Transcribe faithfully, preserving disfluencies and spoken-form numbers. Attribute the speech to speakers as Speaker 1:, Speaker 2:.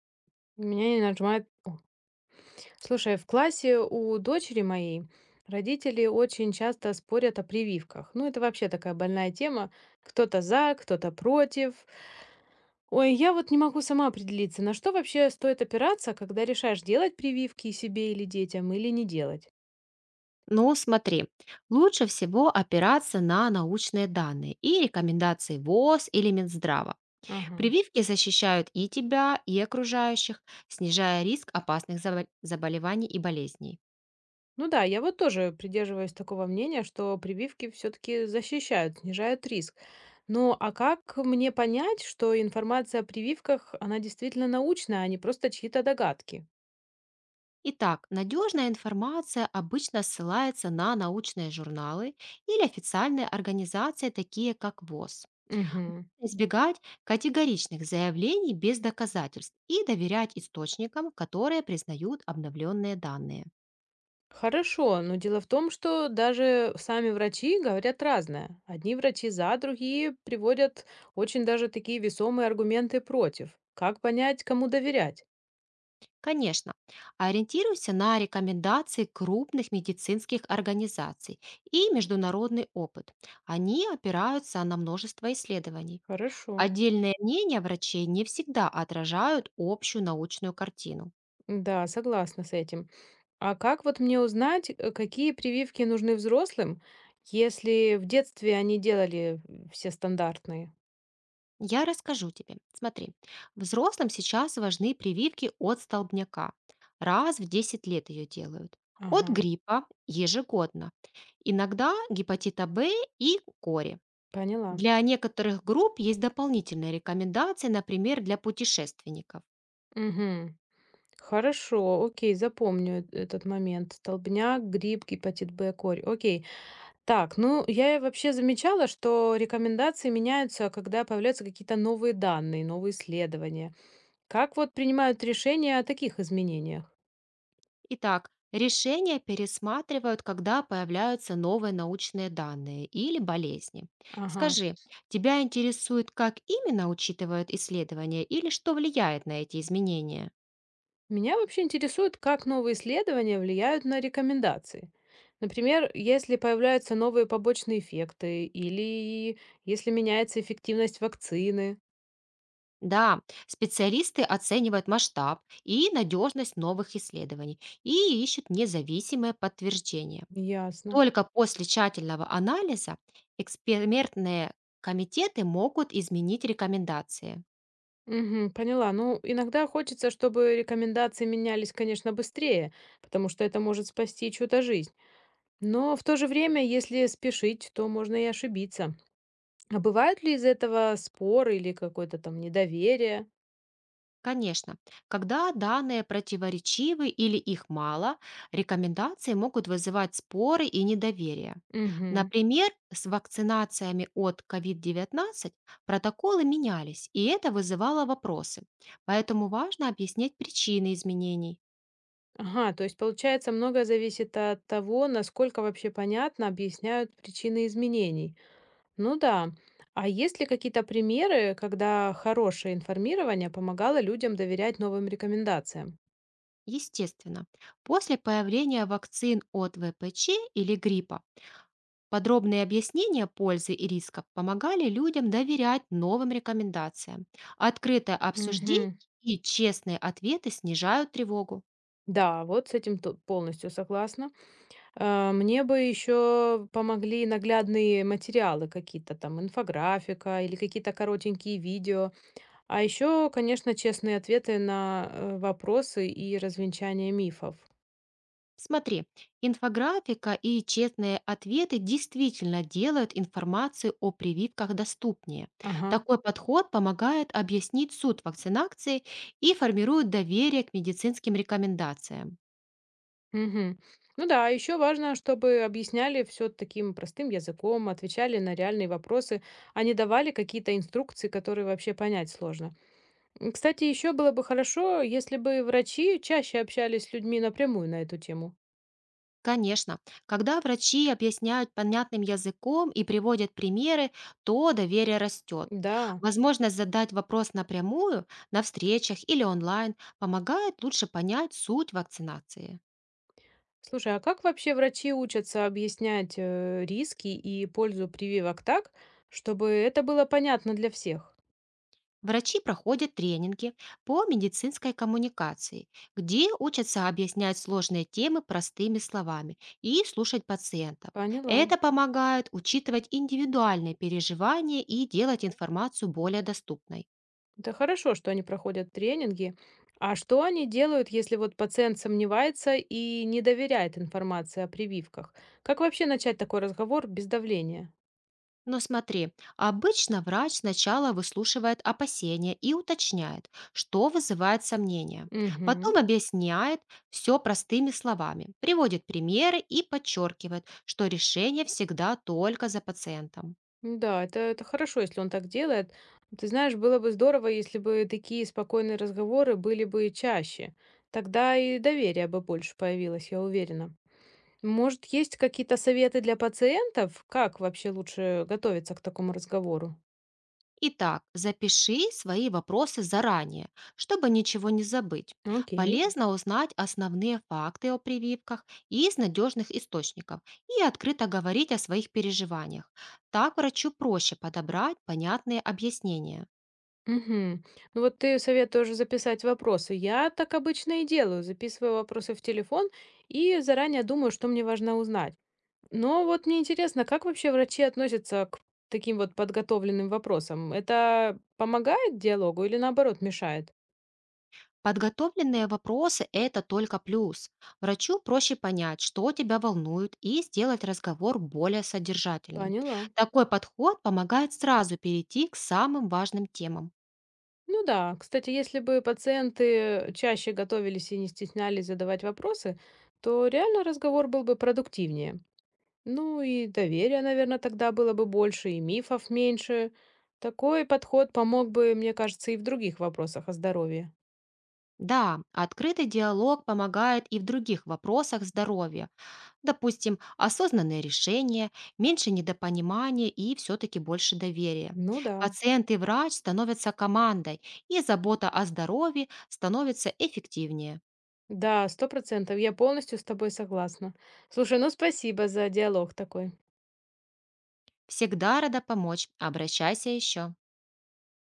Speaker 1: Меня не нажимает. Слушай, в классе у дочери моей родители очень часто спорят о прививках. Ну, это вообще такая больная тема. Кто-то за, кто-то против. Ой, я вот не могу сама определиться, на что вообще стоит опираться, когда решаешь делать прививки себе или детям, или не делать.
Speaker 2: Ну, смотри, лучше всего опираться на научные данные и рекомендации ВОЗ или Минздрава.
Speaker 1: Ага.
Speaker 2: Прививки защищают и тебя, и окружающих, снижая риск опасных забо- заболеваний и болезней.
Speaker 1: Ну да, я вот тоже придерживаюсь такого мнения, что прививки все-таки защищают, снижают риск. Ну а как мне понять, что информация о прививках, она действительно научная, а не просто чьи-то догадки?
Speaker 2: Итак, надежная информация обычно ссылается на научные журналы или официальные организации, такие как ВОЗ.
Speaker 1: Мгм.
Speaker 2: Избегать категоричных заявлений без доказательств и доверять источникам, которые признают обновленные данные.
Speaker 1: Хорошо, но дело в том, что даже сами врачи говорят разное. Одни врачи за, другие приводят очень даже такие весомые аргументы против. Как понять, кому доверять?
Speaker 2: Конечно, ориентируйся на рекомендации крупных медицинских организаций и международный опыт. Они опираются на множество исследований.
Speaker 1: Хорошо.
Speaker 2: Отдельные мнения врачей не всегда отражают общую научную картину.
Speaker 1: Да, согласна с этим. А как вот мне узнать, э, какие прививки нужны взрослым, если в детстве они делали все стандартные?
Speaker 2: Я расскажу тебе. Смотри, взрослым сейчас важны прививки от столбняка. Раз в десять лет ее делают. От
Speaker 1: Ага,
Speaker 2: гриппа ежегодно. Иногда гепатита В и кори.
Speaker 1: поняла.
Speaker 2: Для некоторых групп есть дополнительные рекомендации, например, для путешественников.
Speaker 1: Угу, хорошо, окей, запомню э- этот момент. Столбняк, грипп, гепатит Б, корь. Окей. Так, ну я и вообще замечала, что рекомендации меняются, когда появляются какие-то новые данные, новые исследования. Как вот принимают решения о таких изменениях?
Speaker 2: Итак, решения пересматривают, когда появляются новые научные данные или болезни.
Speaker 1: Ага.
Speaker 2: Скажи, тебя интересует, как именно учитывают исследования или что влияет на эти изменения?
Speaker 1: Меня вообще интересует, как новые исследования влияют на рекомендации. Например, если появляются новые побочные эффекты или если меняется эффективность вакцины.
Speaker 2: Да, специалисты оценивают масштаб и надежность новых исследований и ищут независимое подтверждение.
Speaker 1: Ясно.
Speaker 2: Только после тщательного анализа экспертные комитеты могут изменить рекомендации.
Speaker 1: Мгм, поняла. Ну, иногда хочется, чтобы рекомендации менялись, конечно, быстрее, потому что это может спасти чью-то жизнь. Но в то же время, если спешить, то можно и ошибиться. А бывают ли из этого споры или какое-то там недоверие?
Speaker 2: Конечно, когда данные противоречивы или их мало, рекомендации могут вызывать споры и недоверие.
Speaker 1: Угу.
Speaker 2: Например, с вакцинациями от ковид девятнадцать протоколы менялись, и это вызывало вопросы. Поэтому важно объяснять причины изменений.
Speaker 1: Ага, то есть, получается, многое зависит от того, насколько вообще понятно объясняют причины изменений. Ну да. А есть ли какие-то примеры, когда хорошее информирование помогало людям доверять новым рекомендациям?
Speaker 2: Естественно, после появления вакцин от ВПЧ или гриппа подробные объяснения пользы и рисков помогали людям доверять новым рекомендациям. Открытое обсуждение
Speaker 1: Мгм.
Speaker 2: и честные ответы снижают тревогу.
Speaker 1: Да, вот с этим то- полностью согласна. Э, Мне бы еще помогли наглядные материалы какие-то, там инфографика или какие-то коротенькие видео. А еще, конечно, честные ответы на э, вопросы и развенчание мифов.
Speaker 2: Смотри, инфографика и честные ответы действительно делают информацию о прививках доступнее.
Speaker 1: Ага.
Speaker 2: Такой подход помогает объяснить суть вакцинации и формирует доверие к медицинским рекомендациям.
Speaker 1: Мгм. Ну да, еще важно, чтобы объясняли все таким простым языком, отвечали на реальные вопросы, а не давали какие-то инструкции, которые вообще понять сложно. М, Кстати, еще было бы хорошо, если бы врачи чаще общались с людьми напрямую на эту тему.
Speaker 2: Конечно, когда врачи объясняют понятным языком и приводят примеры, то доверие растет.
Speaker 1: Да.
Speaker 2: Возможность задать вопрос напрямую на встречах или онлайн помогает лучше понять суть вакцинации.
Speaker 1: Слушай, а как вообще врачи учатся объяснять э, риски и пользу прививок так, чтобы это было понятно для всех?
Speaker 2: Врачи проходят тренинги по медицинской коммуникации, где учатся объяснять сложные темы простыми словами и слушать пациентов.
Speaker 1: Поняла.
Speaker 2: Это помогает учитывать индивидуальные переживания и делать информацию более доступной.
Speaker 1: Это хорошо, что они проходят тренинги. А что они делают, если вот пациент сомневается и не доверяет информации о прививках? Как вообще начать такой разговор без давления?
Speaker 2: Но смотри, обычно врач сначала выслушивает опасения и уточняет, что вызывает сомнения.
Speaker 1: Угу.
Speaker 2: Потом объясняет все простыми словами, приводит примеры и подчеркивает, что решение всегда только за пациентом.
Speaker 1: Да, это, это хорошо, если он так делает. Ты знаешь, было бы здорово, если бы такие спокойные разговоры были бы чаще. Тогда и доверие бы больше появилось, я уверена. Может, есть какие-то советы для пациентов? Как вообще лучше готовиться к такому разговору?
Speaker 2: Итак, запиши свои вопросы заранее, чтобы ничего не забыть.
Speaker 1: Окей.
Speaker 2: Полезно узнать основные факты о прививках из надежных источников и открыто говорить о своих переживаниях. Так врачу проще подобрать понятные объяснения.
Speaker 1: Мгм. Ну вот ты советуешь записать вопросы. Я так обычно и делаю, записываю вопросы в телефон и заранее думаю, что мне важно узнать. Но вот мне интересно, как вообще врачи относятся к таким вот подготовленным вопросам? Это помогает диалогу или наоборот мешает?
Speaker 2: Подготовленные вопросы– это только плюс. Врачу проще понять, что тебя волнует, и сделать разговор более содержательным.
Speaker 1: Поняла.
Speaker 2: Такой подход помогает сразу перейти к самым важным темам.
Speaker 1: Ну да, кстати, если бы пациенты чаще готовились и не стеснялись задавать вопросы, то реально разговор был бы продуктивнее. Ну и доверия, наверное, тогда было бы больше, и мифов меньше. Такой подход помог бы, мне кажется, и в других вопросах о здоровье.
Speaker 2: Да, открытый диалог помогает и в других вопросах здоровья. Допустим, осознанное решение, меньше недопонимания и все-таки больше доверия.
Speaker 1: Ну да.
Speaker 2: Пациент и врач становятся командой, и забота о здоровье становится эффективнее.
Speaker 1: Да, сто процентов. Я полностью с тобой согласна. Слушай, ну спасибо за диалог такой.
Speaker 2: Всегда рада помочь. Обращайся еще.